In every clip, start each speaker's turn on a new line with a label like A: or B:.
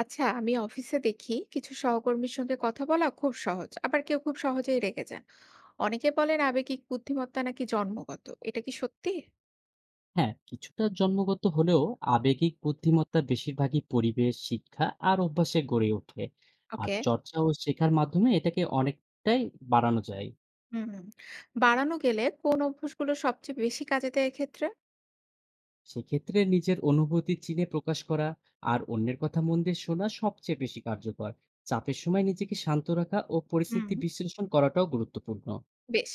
A: আচ্ছা, আমি অফিসে দেখি কিছু সহকর্মীর সঙ্গে কথা বলা খুব সহজ, আবার কেউ খুব সহজেই রেগে যান। অনেকে বলেন আবেগিক বুদ্ধিমত্তা নাকি জন্মগত, এটা কি সত্যি?
B: হ্যাঁ, কিছুটা জন্মগত হলেও আবেগিক বুদ্ধিমত্তা বেশিরভাগই পরিবেশ, শিক্ষা আর অভ্যাসে গড়ে ওঠে। আর
A: ওকে।
B: চর্চা ও শেখার মাধ্যমে এটাকে অনেকটাই বাড়ানো যায়।
A: হুম। বাড়ানো গেলে কোন অভ্যাসগুলো সবচেয়ে বেশি কাজে দেয় এক্ষেত্রে?
B: সেক্ষেত্রে নিজের অনুভূতি চিনে প্রকাশ করা আর অন্যের কথা মন দিয়ে শোনা সবচেয়ে বেশি কার্যকর। চাপের সময় নিজেকে শান্ত রাখা ও
A: হুম।
B: পরিস্থিতি বিশ্লেষণ করাটাও গুরুত্বপূর্ণ।
A: বেশ।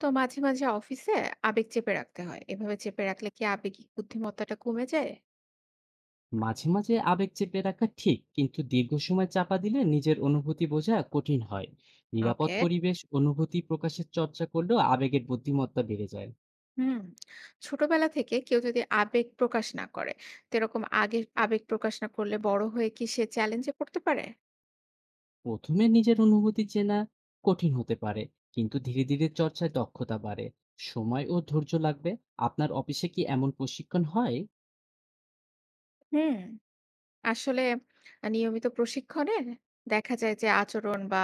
A: তো মাঝে মাঝে অফিসে আবেগ চেপে রাখতে হয়, এভাবে চেপে রাখলে কি আবেগিক বুদ্ধিমত্তাটা কমে যায়?
B: মাঝে মাঝে আবেগ চেপে রাখা ঠিক, কিন্তু দীর্ঘ সময় চাপা দিলে নিজের অনুভূতি বোঝা কঠিন হয়। নিরাপদ
A: ওকে।
B: পরিবেশ অনুভূতি প্রকাশের চর্চা করলেও আবেগের বুদ্ধিমত্তা বেড়ে যায়।
A: হুম। ছোটবেলা থেকে কেউ যদি আবেগ প্রকাশ না করে, তো এরকম আগে আবেগ প্রকাশ না করলে বড় হয়ে কি সে চ্যালেঞ্জে পড়তে পারে?
B: প্রথমে নিজের অনুভূতি চেনা কঠিন হতে পারে, কিন্তু ধীরে ধীরে চর্চায় দক্ষতা বাড়ে। সময় ও ধৈর্য লাগবে। আপনার অফিসে কি এমন প্রশিক্ষণ হয়?
A: হুম, আসলে নিয়মিত প্রশিক্ষণে দেখা যায় যে আচরণ বা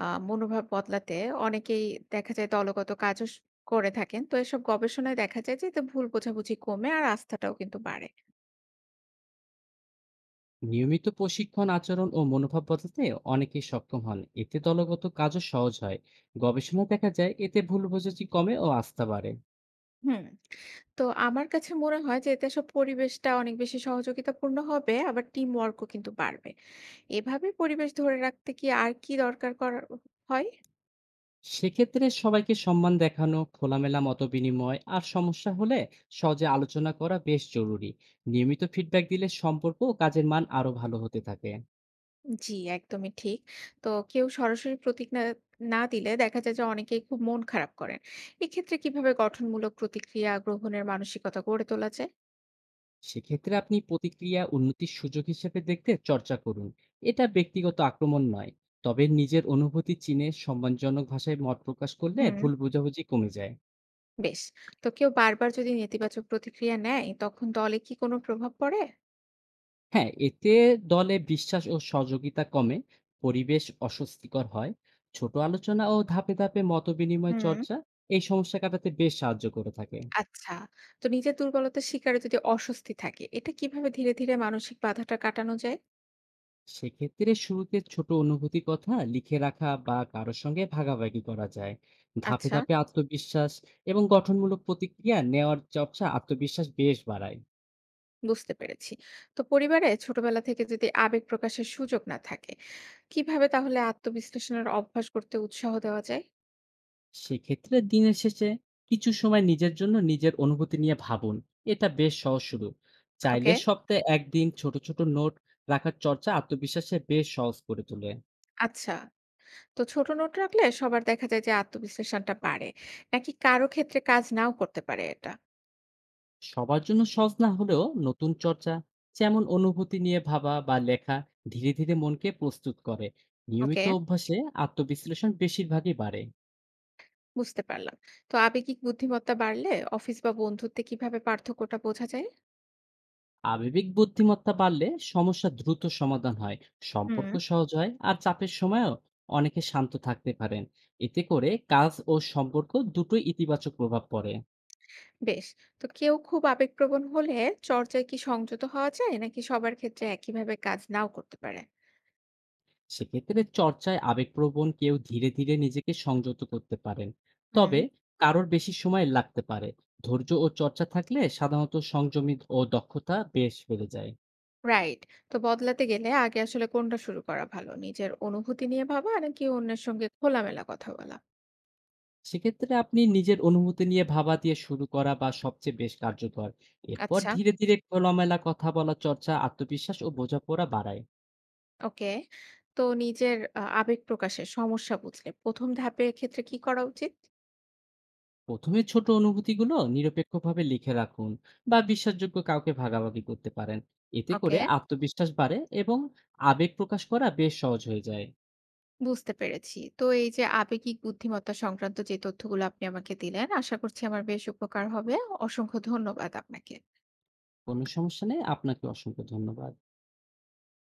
A: আ মনোভাব বদলাতে অনেকেই দেখা যায় দলগত কাজও করে থাকেন। তো এসব গবেষণায় দেখা যায় যে এতে ভুল বোঝাবুঝি কমে আর আস্থাটাও কিন্তু বাড়ে।
B: নিয়মিত প্রশিক্ষণ আচরণ ও মনোভাব বদলাতে অনেকেই সক্ষম হন, এতে দলগত কাজও সহজ হয়। গবেষণায় দেখা যায় এতে ভুল বোঝাবুঝি কমে ও আস্থা বাড়ে।
A: হুম, তো আমার কাছে মনে হয় যে এতে সব পরিবেশটা অনেক বেশি সহযোগিতাপূর্ণ হবে, আবার টিম ওয়ার্ক ও কিন্তু বাড়বে। এভাবে পরিবেশ ধরে রাখতে কি আর কি দরকার করা হয়?
B: সেক্ষেত্রে সবাইকে সম্মান দেখানো, খোলামেলা মতবিনিময় আর সমস্যা হলে সহজে আলোচনা করা বেশ জরুরি। নিয়মিত ফিডব্যাক দিলে সম্পর্ক ও কাজের মান আরো ভালো হতে থাকে।
A: জি, একদমই ঠিক। তো কেউ সরাসরি প্রতিক্রিয়া না দিলে দেখা যায় যে অনেকেই খুব মন খারাপ করেন। এক্ষেত্রে কিভাবে গঠনমূলক প্রতিক্রিয়া গ্রহণের মানসিকতা গড়ে তোলা যায়?
B: সেক্ষেত্রে আপনি প্রতিক্রিয়া উন্নতির সুযোগ হিসেবে দেখতে চর্চা করুন। এটা ব্যক্তিগত আক্রমণ নয়। তবে নিজের অনুভূতি চিনে সম্মানজনক ভাষায় মত প্রকাশ করলে
A: হুম,
B: ভুল বোঝাবুঝি কমে যায়।
A: বেশ। তো কেউ বারবার যদি নেতিবাচক প্রতিক্রিয়া নেয়, তখন দলে কি কোনো প্রভাব পড়ে?
B: হ্যাঁ, এতে দলে বিশ্বাস ও সহযোগিতা কমে, পরিবেশ অস্বস্তিকর হয়। ছোট আলোচনা ও ধাপে ধাপে মতবিনিময়
A: হুম।
B: চর্চা এই সমস্যা কাটাতে বেশ সাহায্য করে থাকে।
A: আচ্ছা। তো নিজের দুর্বলতা স্বীকারে যদি অস্বস্তি থাকে, এটা কিভাবে ধীরে ধীরে মানসিক বাধাটা কাটানো যায়?
B: সেক্ষেত্রে শুরুতে ছোট অনুভূতি কথা লিখে রাখা বা কারো সঙ্গে ভাগাভাগি করা যায়। ধাপে
A: আচ্ছা,
B: ধাপে আত্মবিশ্বাস এবং গঠনমূলক প্রতিক্রিয়া নেওয়ার চর্চা আত্মবিশ্বাস বেশ বাড়ায়।
A: বুঝতে পেরেছি। তো পরিবারে ছোটবেলা থেকে যদি আবেগ প্রকাশের সুযোগ না থাকে, কিভাবে তাহলে আত্মবিশ্লেষণের অভ্যাস করতে উৎসাহ দেওয়া যায়?
B: সেক্ষেত্রে দিনের শেষে কিছু সময় নিজের জন্য নিজের অনুভূতি নিয়ে ভাবুন। এটা বেশ সহজ শুরু।
A: ওকে।
B: চাইলে সপ্তাহে ১ দিন ছোট, ছোট নোট রাখার চর্চা আত্মবিশ্বাসে বেশ সহজ করে তোলে।
A: আচ্ছা। তো ছোট নোট রাখলে সবার দেখা যায় যে আত্মবিশ্লেষণটা বাড়ে, নাকি কারো ক্ষেত্রে কাজ নাও করতে পারে এটা?
B: সবার জন্য সহজ না হলেও নতুন চর্চা, যেমন অনুভূতি নিয়ে ভাবা বা লেখা, ধীরে, ধীরে মনকে প্রস্তুত করে।
A: ওকে,
B: নিয়মিত অভ্যাসে আত্মবিশ্লেষণ বেশিরভাগই বাড়ে।
A: বুঝতে পারলাম। তো আবেগিক বুদ্ধিমত্তা বাড়লে অফিস বা বন্ধুত্বে কিভাবে পার্থক্যটা বোঝা যায়?
B: আবেগিক বুদ্ধিমত্তা বাড়লে সমস্যা দ্রুত সমাধান হয়,
A: হুম,
B: সম্পর্ক সহজ হয় আর চাপের সময়ও অনেকে শান্ত থাকতে পারেন। এতে করে কাজ ও সম্পর্ক দুটোই ইতিবাচক প্রভাব পড়ে।
A: বেশ। তো কেউ খুব আবেগপ্রবণ হলে চর্চায় কি সংযত হওয়া যায়? নাকি সবার ক্ষেত্রে একইভাবে কাজ নাও করতে পারে?
B: সেক্ষেত্রে চর্চায় আবেগপ্রবণ কেউ ধীরে ধীরে নিজেকে সংযত করতে পারেন,
A: হুম।
B: তবে কারোর বেশি সময় লাগতে পারে। ধৈর্য ও চর্চা থাকলে সাধারণত সংযমী ও দক্ষতা বেশ বেড়ে যায়।
A: রাইট। তো বদলাতে গেলে আগে আসলে কোনটা শুরু করা ভালো, নিজের অনুভূতি নিয়ে ভাবা নাকি অন্যের সঙ্গে খোলামেলা কথা বলা?
B: সেক্ষেত্রে আপনি নিজের অনুভূতি নিয়ে ভাবা দিয়ে শুরু করা বা সবচেয়ে বেশ কার্যকর। এরপর
A: আচ্ছা।
B: ধীরে, ধীরে খোলামেলা কথা বলা চর্চা আত্মবিশ্বাস ও বোঝাপড়া বাড়ায়।
A: ওকে। তো নিজের আবেগ প্রকাশের সমস্যা বুঝলে প্রথম ধাপের ক্ষেত্রে কি করা উচিত?
B: ১ম এ ছোট অনুভূতিগুলো নিরপেক্ষভাবে লিখে রাখুন বা বিশ্বাসযোগ্য কাউকে ভাগাভাগি করতে পারেন। এতে
A: ওকে,
B: করে আত্মবিশ্বাস বাড়ে এবং আবেগ প্রকাশ করা বেশ সহজ হয়ে যায়।
A: বুঝতে পেরেছি। তো এই যে আবেগিক বুদ্ধিমত্তা সংক্রান্ত যে তথ্যগুলো আপনি আমাকে দিলেন, আশা করছি আমার বেশ উপকার হবে। অসংখ্য ধন্যবাদ আপনাকে।
B: কোনো সমস্যা নেই। আপনাকে অসংখ্য ধন্যবাদ।